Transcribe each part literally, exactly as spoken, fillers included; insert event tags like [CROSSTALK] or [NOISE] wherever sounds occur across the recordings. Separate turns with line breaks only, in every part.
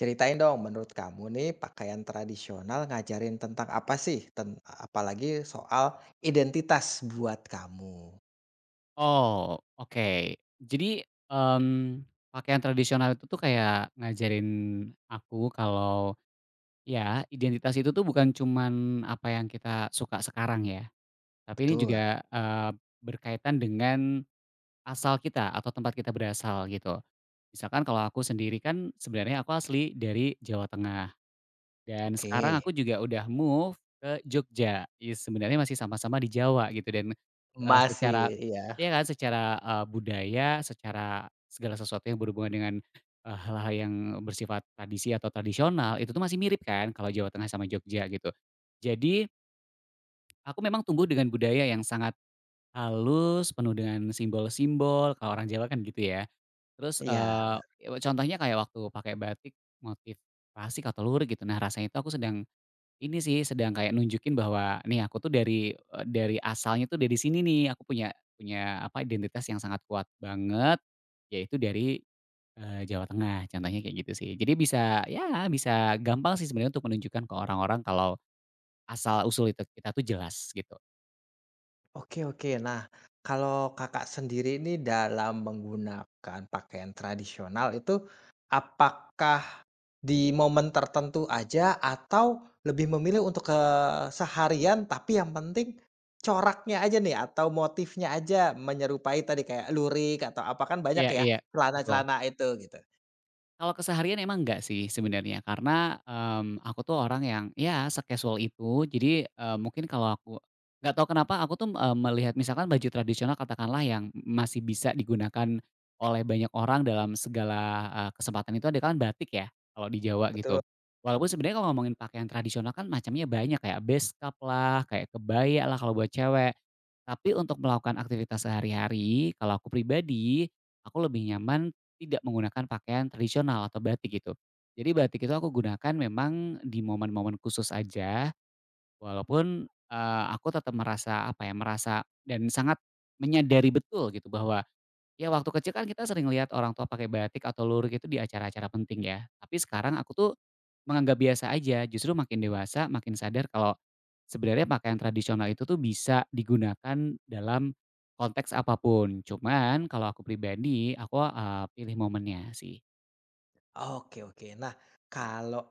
Ceritain dong, menurut kamu nih pakaian tradisional ngajarin tentang apa sih? Ten apalagi soal identitas buat kamu.
Oh, oke. Jadi, mmm, pakaian tradisional itu tuh kayak ngajarin aku kalau ya identitas itu tuh bukan cuman apa yang kita suka sekarang ya, tapi ini
Betul,
juga, eee, berkaitan dengan asal kita atau tempat kita berasal gitu. Misalkan kalau aku sendiri kan sebenarnya aku asli dari Jawa Tengah. Dan
oke.
sekarang aku juga udah move ke Jogja, ya sebenarnya masih sama-sama di Jawa gitu dan, eee,
Masih,
secara
iya.
iya kan, secara, eee, budaya, secara segala sesuatu yang berhubungan dengan, eee, hal-hal yang bersifat tradisi atau tradisional, itu tuh masih mirip kan kalau Jawa Tengah sama Jogja gitu. Jadi, aku memang tumbuh dengan budaya yang sangat halus, penuh dengan simbol-simbol, kalau orang Jawa kan gitu ya. Terus,
Iya,
eee,
bener.
contohnya kayak waktu pakai batik motif klasik atau lurik gitu, nah rasanya itu aku sedang ini sih sedang kayak nunjukin bahwa, "Nih aku tuh dari, eee, dari asalnya tuh dari sini nih, aku punya punya apa, identitas yang sangat kuat banget, yaitu dari, eee, Jawa Tengah." Contohnya kayak gitu sih. Jadi bisa ya bisa gampang sih sebenarnya untuk menunjukkan ke orang-orang kalau asal usul itu kita tuh jelas gitu.
Oke, oke. Nah, kalau Kakak sendiri ini dalam menggunakan pakaian tradisional itu, apakah di momen tertentu aja atau lebih memilih untuk ke eh, seharian tapi yang penting coraknya aja nih atau motifnya aja menyerupai tadi kayak lurik atau apa kan banyak
Iya
ya
iya, betul.
celana-celana itu gitu.
Kalau keseharian emang enggak sih sebenarnya karena, mmm, aku tuh orang yang ya se-casual itu jadi, eee, mungkin kalau aku nggak tahu kenapa aku tuh, eee, melihat misalkan baju tradisional katakanlah yang masih bisa digunakan oleh banyak orang dalam segala, eee, kesempatan itu ada kan batik ya kalau di Jawa gitu.
Betul.
Walaupun sebenarnya kalau ngomongin pakaian tradisional kan macamnya banyak kayak beskap lah, kayak kebaya lah kalau buat cewek. Tapi untuk melakukan aktivitas sehari-hari, kalau aku pribadi, aku lebih nyaman tidak menggunakan pakaian tradisional atau batik gitu. Jadi batik itu aku gunakan memang di momen-momen khusus aja, walaupun, eee, aku tetap merasa, apa ya, merasa dan sangat menyadari betul gitu bahwa ya waktu kecil kan kita sering lihat orang tua pakai batik atau lurik itu di acara-acara penting ya. Tapi sekarang aku tuh menganggap biasa aja, justru makin dewasa makin sadar kalau sebenarnya pakaian tradisional itu tuh bisa digunakan dalam konteks apapun. Cuman kalau aku pribadi, aku eee, pilih momennya sih.
Oke, oke. Nah, kalau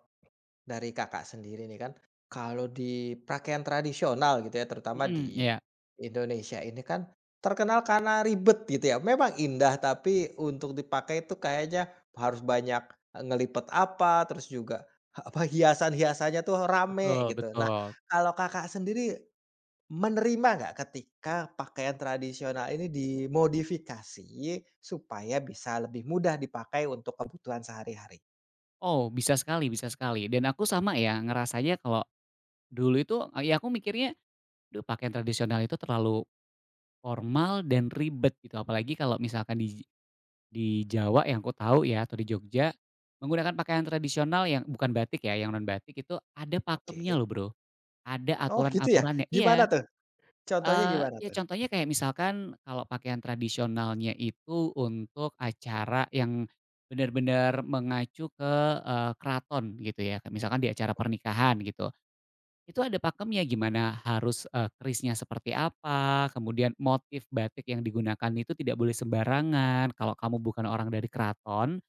Dari Kakak sendiri nih kan, kalau di pakaian tradisional gitu ya, terutama
Mhm,
di
iya.
Indonesia ini kan terkenal karena ribet gitu ya. Memang indah, tapi untuk dipakai itu kayaknya harus banyak, e, ngelipet apa, terus juga [LAUGHS] apa, hiasan-hiasannya tuh
Betul
rame gitu. Nah,
betul.
kalau Kakak sendiri menerima nggak ketika pakaian tradisional ini dimodifikasi supaya bisa lebih mudah dipakai untuk kebutuhan sehari-hari?
Oh bisa sekali bisa sekali dan aku sama ya ngerasanya kalau dulu itu, e, ya aku mikirnya, duh pakaian tradisional itu terlalu formal dan ribet gitu apalagi kalau misalkan di di Jawa yang aku tahu ya atau di Jogja, menggunakan pakaian tradisional yang bukan batik ya, yang non batik itu ada pakemnya
Oke.
loh Bro, ada
Oh gitu ya?
aturan-aturannya
Gimana
iya,
tuh? Contohnya
eee,
gimana
ya
tuh?
contohnya kayak misalkan kalau pakaian tradisionalnya itu untuk acara yang benar-benar mengacu ke, eee, keraton gitu ya, kayak misalkan di acara pernikahan gitu, itu ada pakemnya gimana harus, eee, kerisnya seperti apa, kemudian motif batik yang digunakan itu tidak boleh sembarangan, kalau kamu bukan orang dari keraton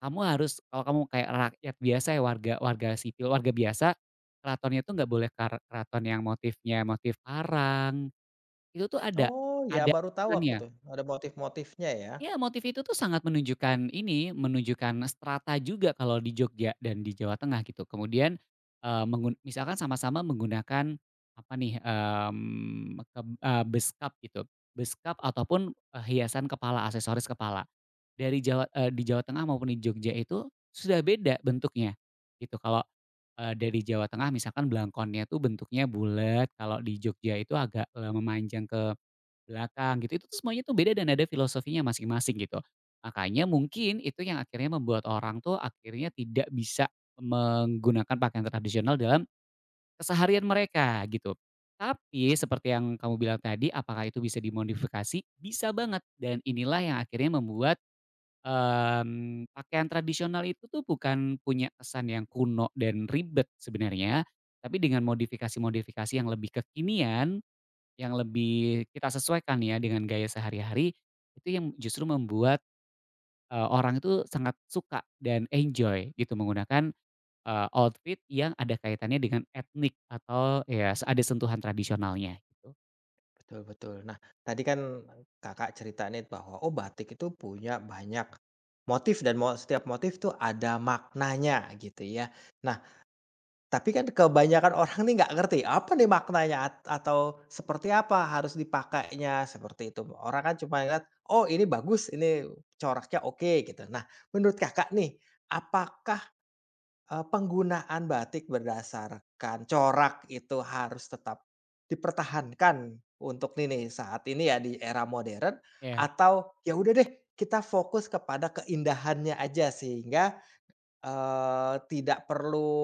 kamu harus kalau kamu kayak rakyat biasa ya, warga warga sipil, warga biasa, keratonnya itu nggak boleh kar keraton yang motifnya motif parang, itu tuh ada
Oh, ya
ada
baru tahu aku tuh, ada motif-motifnya ya.
ya motif itu tuh sangat menunjukkan ini, menunjukkan strata juga kalau di Jogja dan di Jawa Tengah gitu. Kemudian, eee, mengun misalkan sama-sama menggunakan apa nih, mmm, keb eee, beskap gitu, beskap ataupun, eee, hiasan kepala, aksesoris kepala. Dari Jawa eee, di Jawa Tengah maupun di Jogja itu sudah beda bentuknya gitu. Kalau, eee, dari Jawa Tengah misalkan belangkonnya tuh bentuknya bulat, kalau di Jogja itu agak, eee, memanjang ke belakang gitu. Itu tuh semuanya tuh beda dan ada filosofinya masing-masing gitu. Makanya mungkin itu yang akhirnya membuat orang tuh akhirnya tidak bisa menggunakan pakaian tradisional dalam keseharian mereka gitu. Tapi seperti yang kamu bilang tadi apakah itu bisa dimodifikasi? Bisa banget dan inilah yang akhirnya membuat, mmm, pakaian tradisional itu tuh bukan punya kesan yang kuno dan ribet sebenarnya, tapi dengan modifikasi-modifikasi yang lebih kekinian yang lebih kita sesuaikan ya dengan gaya sehari-hari, itu yang justru membuat, eee, orang itu sangat suka dan enjoy gitu menggunakan, eee, outfit yang ada kaitannya dengan etnik atau ya ada sentuhan tradisionalnya gitu.
Betul, betul. Nah, tadi kan Kakak cerita nih bahwa, oh batik itu punya banyak motif dan mo setiap motif tuh ada maknanya gitu ya. Nah, tapi kan kebanyakan [LAUGHS] orang nih nggak ngerti, apa nih maknanya at atau seperti apa harus dipakainya, seperti itu. Orang kan cuma lihat, "Oh ini bagus, ini coraknya oke," gitu. Nah, menurut Kakak nih, apakah Eee, penggunaan batik berdasarkan corak itu harus tetap dipertahankan untuk ini nih, saat ini ya di era modern
Ya,
atau ya udah deh kita fokus kepada keindahannya aja sehingga, eee, tidak perlu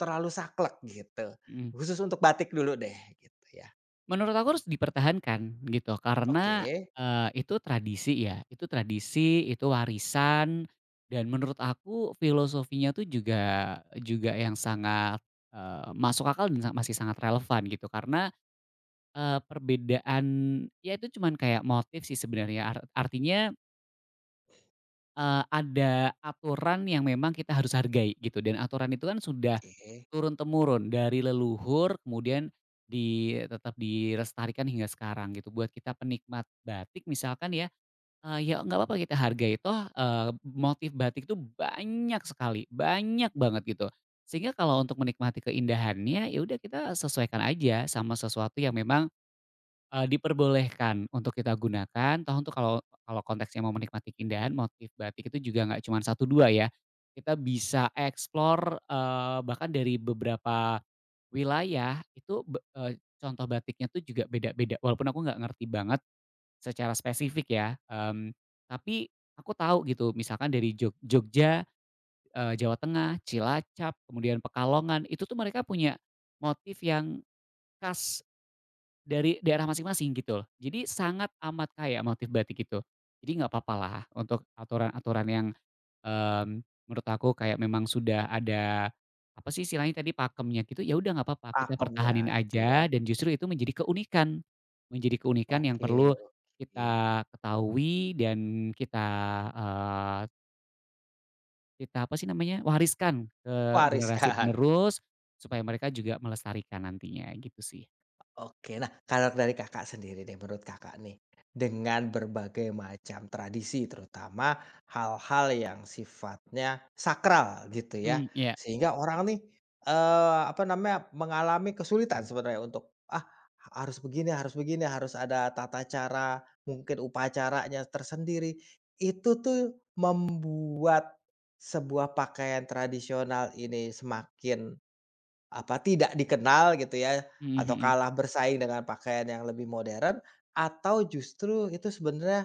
terlalu saklek gitu.
mhm.
Khusus untuk batik dulu deh gitu ya.
Menurut aku harus dipertahankan gitu
Oke,
karena, eee, itu tradisi ya, itu tradisi, itu warisan, dan menurut aku filosofinya tuh juga juga yang sangat, eee, masuk akal dan sa masih sangat relevan gitu karena Eee, perbedaan ya itu cuman kayak motif sih sebenarnya ar artinya, eee, ada aturan yang memang kita harus hargai gitu dan aturan itu kan sudah
oke,
turun-temurun dari leluhur kemudian di tetap dilestarikan hingga sekarang gitu buat kita penikmat batik misalkan ya, eee, ya nggak apa-apa kita hargai toh, eee, motif batik itu banyak sekali, banyak banget gitu. Sehingga kalau untuk menikmati keindahannya ya udah kita sesuaikan aja sama sesuatu yang memang Eee, diperbolehkan untuk kita gunakan, toh untuk kalau kalau konteksnya mau menikmati keindahan, motif batik itu juga nggak cuma satu dua ya. Kita bisa explore, eee, bahkan dari beberapa wilayah itu be eee, contoh batiknya tuh juga beda-beda. Walaupun aku nggak ngerti banget secara spesifik ya, mmm, tapi aku tahu gitu misalkan dari Jog Jogja, eee, Jawa Tengah, Cilacap, kemudian Pekalongan, itu tuh mereka punya motif yang khas dari daerah masing-masing gitu loh. Jadi sangat amat kaya motif batik itu. Jadi nggak papalah untuk aturan-aturan yang, mmm, menurut aku kayak memang sudah ada, apa sih istilahnya tadi, pakemnya gitu, ya udah nggak apa-apa kita
pakemnya
pertahanin
gitu ya.
aja dan justru itu menjadi keunikan. Menjadi keunikan yang
Oke,
perlu
oke.
kita ketahui dan kita, eee, kita apa sih namanya, wariskan ke generasi
Wariskan.
penerus supaya mereka juga melestarikan nantinya gitu sih.
Oke. Nah, kalau dari Kakak sendiri deh, menurut Kakak nih, dengan berbagai macam tradisi terutama hal-hal yang sifatnya sakral gitu ya,
Mhm, iya.
sehingga orang nih, eee, apa namanya, mengalami kesulitan sebenarnya untuk, "Ah, harus begini harus begini, harus ada tata cara, mungkin upacaranya tersendiri." Itu tuh membuat sebuah pakaian tradisional ini semakin apa, tidak dikenal gitu ya,
Mhm
atau
mhm.
kalah bersaing dengan pakaian yang lebih modern, atau justru itu sebenarnya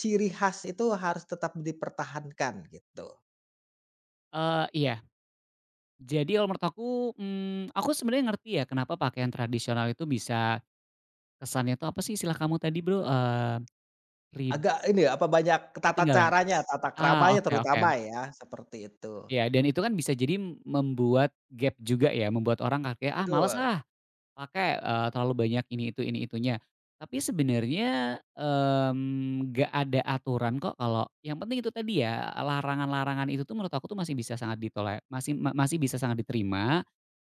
ciri khas itu harus tetap dipertahankan gitu?
Eee, iya. Jadi kalau menurut aku, mmm, aku sebenarnya ngerti ya kenapa pakaian tradisional itu bisa kesannya itu apa sih istilah kamu tadi Bro, eee, rib
Agak ini ya, apa banyak tata
ketinggalan?
caranya, tata
Ah,
keramanya
oke oke.
terutama ya, seperti itu.
Iya dan itu kan bisa jadi membuat gap juga ya, membuat orang kayak, "Ah malas
Betul
ah pakai, eee, terlalu banyak ini itu ini itunya." Tapi sebenarnya, mmm, nggak ada aturan kok kalau yang penting itu tadi ya, larangan-larangan itu tuh menurut aku tuh masih bisa sangat ditolak, masih ma masih bisa sangat diterima.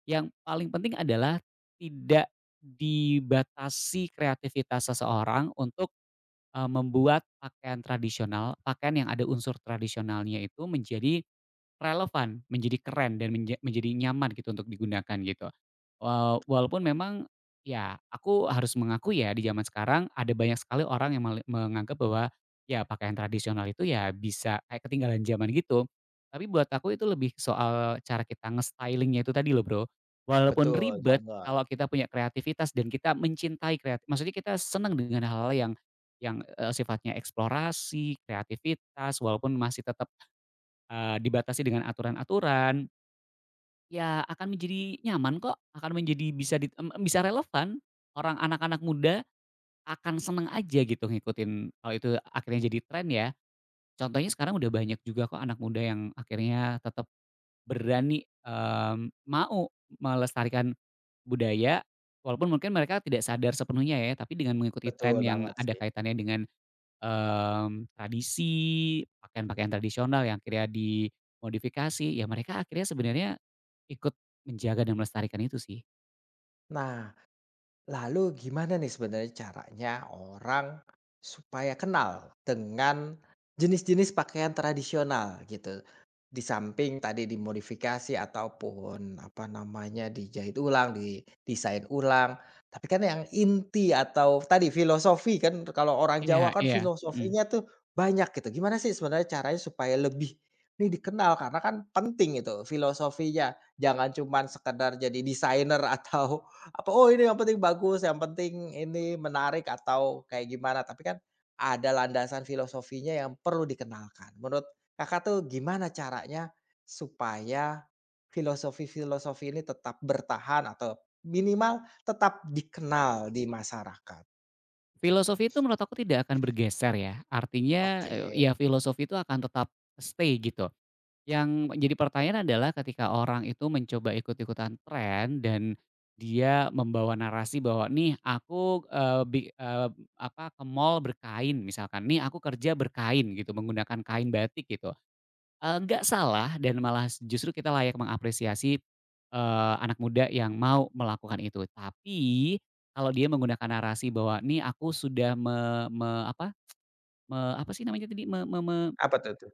Yang paling penting adalah tidak dibatasi kreativitas seseorang untuk, eee, membuat pakaian tradisional, pakaian yang ada unsur tradisionalnya itu menjadi relevan, menjadi keren dan menja menjadi nyaman gitu untuk digunakan gitu. Eee, walaupun memang ya aku harus mengaku ya di zaman sekarang ada banyak sekali orang yang mele menganggap bahwa ya pakaian tradisional itu ya bisa kayak ketinggalan zaman gitu. Tapi buat aku itu lebih soal cara kita nge styling itu tadi loh Bro. Walaupun
betul
ribet,
banget
kalau kita punya kreativitas dan kita mencintai kreatif, maksudnya kita senang dengan hal-hal yang yang, eee, sifatnya eksplorasi, kreativitas, walaupun masih tetap Eee, dibatasi dengan aturan-aturan, ya akan menjadi nyaman kok, akan menjadi bisa dit mmm, bisa relevan. Orang anak-anak muda akan seneng aja gitu ngikutin kalau itu akhirnya jadi tren ya. Contohnya sekarang udah banyak juga kok anak muda yang akhirnya tetap berani, mmm, mau melestarikan budaya, walaupun mungkin mereka tidak sadar sepenuhnya ya, tapi dengan mengikuti
betul
tren yang
banget
ada
sih.
kaitannya dengan Mmm, tradisi, pakaian-pakaian tradisional yang akhirnya dimodifikasi, ya mereka akhirnya sebenarnya ikut menjaga dan melestarikan itu sih.
Nah, Lalu gimana nih sebenarnya caranya orang supaya kenal dengan jenis-jenis pakaian tradisional gitu? Di samping tadi dimodifikasi ataupun apa namanya dijahit ulang, didesain ulang. Tapi kan yang inti atau tadi filosofi kan kalau orang
Iya
Jawa kan
iya, mhm.
filosofinya tuh banyak gitu. Gimana sih sebenarnya caranya supaya lebih ini dikenal karena kan penting itu filosofinya. Jangan cuman sekedar jadi desainer atau apa, "Oh, ini yang penting bagus, yang penting ini menarik," atau kayak gimana, tapi kan ada landasan filosofinya yang perlu dikenalkan. Menurut Kakak tuh gimana caranya supaya filosofi-filosofi ini tetap bertahan atau minimal tetap dikenal di masyarakat?
Filosofi itu menurut aku tidak akan bergeser ya, artinya,
Oke,
eee, ya filosofi itu akan tetap stay gitu. Yang jadi pertanyaan adalah ketika orang itu mencoba ikut-ikutan tren dan dia membawa narasi bahwa, "Nih aku, eee, bi eee, apa, ke mall berkain," misalkan, "Nih aku kerja berkain," gitu, menggunakan kain batik gitu, eee, nggak salah dan malah justru kita layak mengapresiasi, eee, anak muda yang mau melakukan itu. Tapi kalau dia menggunakan narasi bahwa, "Nih aku sudah me me apa, me apa sih namanya tadi?
apa tuh tuh?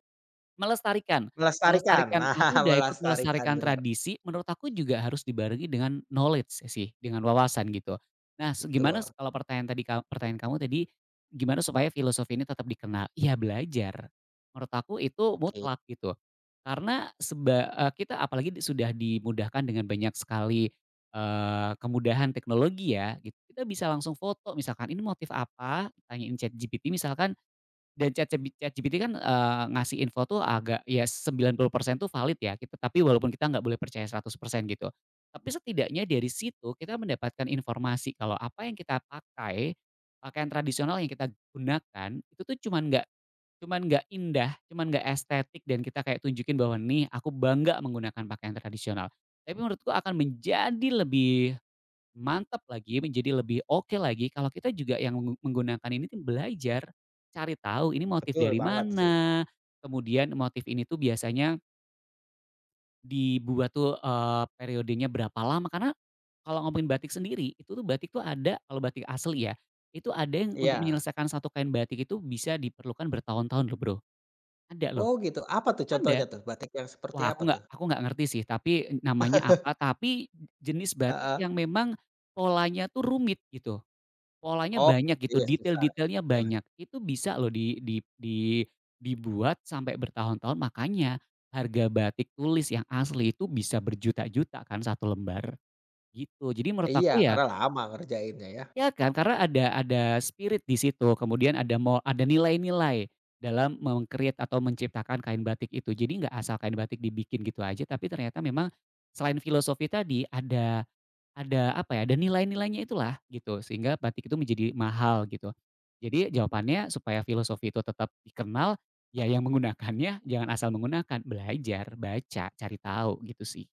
Melestarikan
Melestarikan. [LAUGHS]
melestarikan
Nah,
aku udah ikut
melestarikan,
melestarikan
benar,
tradisi, menurut aku juga harus dibarengi dengan knowledge ya sih, dengan wawasan gitu. Nah, se gimana
betul.
s kalau pertanyaan tadi ka pertanyaan kamu tadi, gimana supaya filosofi ini tetap dikenal? Ya belajar, menurut aku itu
Oke,
mutlak gitu. Karena seba eee, kita apalagi di sudah dimudahkan dengan banyak sekali, eee, kemudahan teknologi ya, gitu. Kita bisa langsung foto misalkan, "Ini motif apa?" Tanyain Chat ChatGPT misalkan dan ChatGB ChatGPT kan, eee, ngasih info tuh agak ya sembilan puluh persen tuh valid ya, kita tapi walaupun kita nggak boleh percaya seratus persen gitu. Tapi setidaknya dari situ kita mendapatkan informasi kalau apa yang kita pakai, pakaian tradisional yang kita gunakan, itu tuh cuman nggak cuman nggak indah, cuman nggak estetik dan kita kayak tunjukin bahwa, "Nih, aku bangga menggunakan pakaian tradisional." Tapi menurutku akan menjadi lebih mantap lagi, menjadi lebih oke lagi kalau kita juga yang menggu menggunakan ini tuh belajar, cari tahu ini motif
betul
dari
banget sih.
mana, kemudian motif ini tuh biasanya dibuat tuh, eee, periodenya berapa lama, karena kalau ngomongin batik sendiri, itu tuh batik tuh ada kalau batik asli ya, itu ada yang untuk
Iya.
menyelesaikan satu kain batik itu bisa diperlukan bertahun-tahun loh Bro, ada loh,
Oh, gitu. Apa tuh
ada.
contohnya tuh? Batik yang seperti
Wah
apa
aku nggak
tuh?
aku nggak ngerti sih tapi namanya apa,
[LAUGHS]
tapi jenis batik
Heeh.
yang memang polanya tuh rumit gitu. Polanya
Oh,
banyak gitu,
iya susah ya.
detail-detailnya
Iya,
banyak. Itu bisa loh di di di dibuat sampai bertahun-tahun, makanya harga batik tulis yang asli itu bisa berjuta-juta kan satu lembar, gitu. Jadi menurut
Iya,
aku ya
karena lama ngerjainnya ya.
ya kan, karena ada ada spirit di situ, kemudian ada mau ada nilai-nilai dalam mengkreat atau menciptakan kain batik itu. Jadi nggak asal kain batik dibikin gitu aja, tapi ternyata memang selain filosofi tadi ada ada, apa ya, ada nilai-nilainya itulah, gitu, sehingga batik itu menjadi mahal, gitu. Jadi jawabannya supaya filosofi itu tetap dikenal, ya yang menggunakannya jangan asal menggunakan, belajar, baca, cari tahu, gitu sih.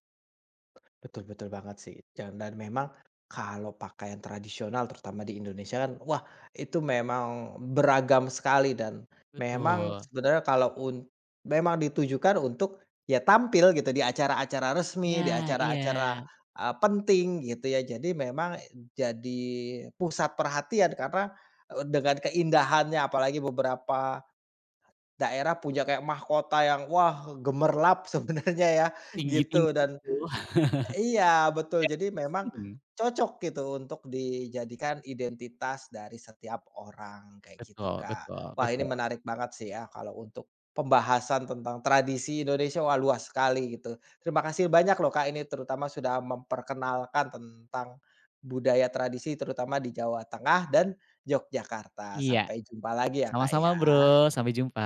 Betul, betul banget sih, dan dan memang kalau pakaian tradisional terutama di Indonesia kan, wah itu memang beragam sekali dan memang
Betul.
sebenarnya kalau un memang ditujukan untuk ya tampil gitu di acara-acara resmi, di
Ya, iya.
acara-acara, eee, penting gitu ya. Jadi memang jadi pusat perhatian karena, eee, dengan keindahannya apalagi beberapa Daerah punya kayak mahkota yang, wah, gemerlap [LAUGHS] sebenarnya ya, gitu
Tinggi-tinggi
dan
itu [LAUGHS]
iya, betul.
banyak
Jadi memang
pusing.
cocok gitu untuk dijadikan identitas dari setiap orang, kayak gitu,
Betul
Kak.
betul
Wah, ini
betul.
menarik banget sih ya kalau untuk pembahasan tentang tradisi Indonesia, wah, luas sekali gitu. Terima kasih banyak loh, Kak, ini terutama sudah memperkenalkan tentang budaya tradisi terutama di Jawa Tengah dan Yogyakarta.
Iya.
Sampai jumpa lagi ya, Kak,
Sama-sama Bro,
ya.
sampai jumpa.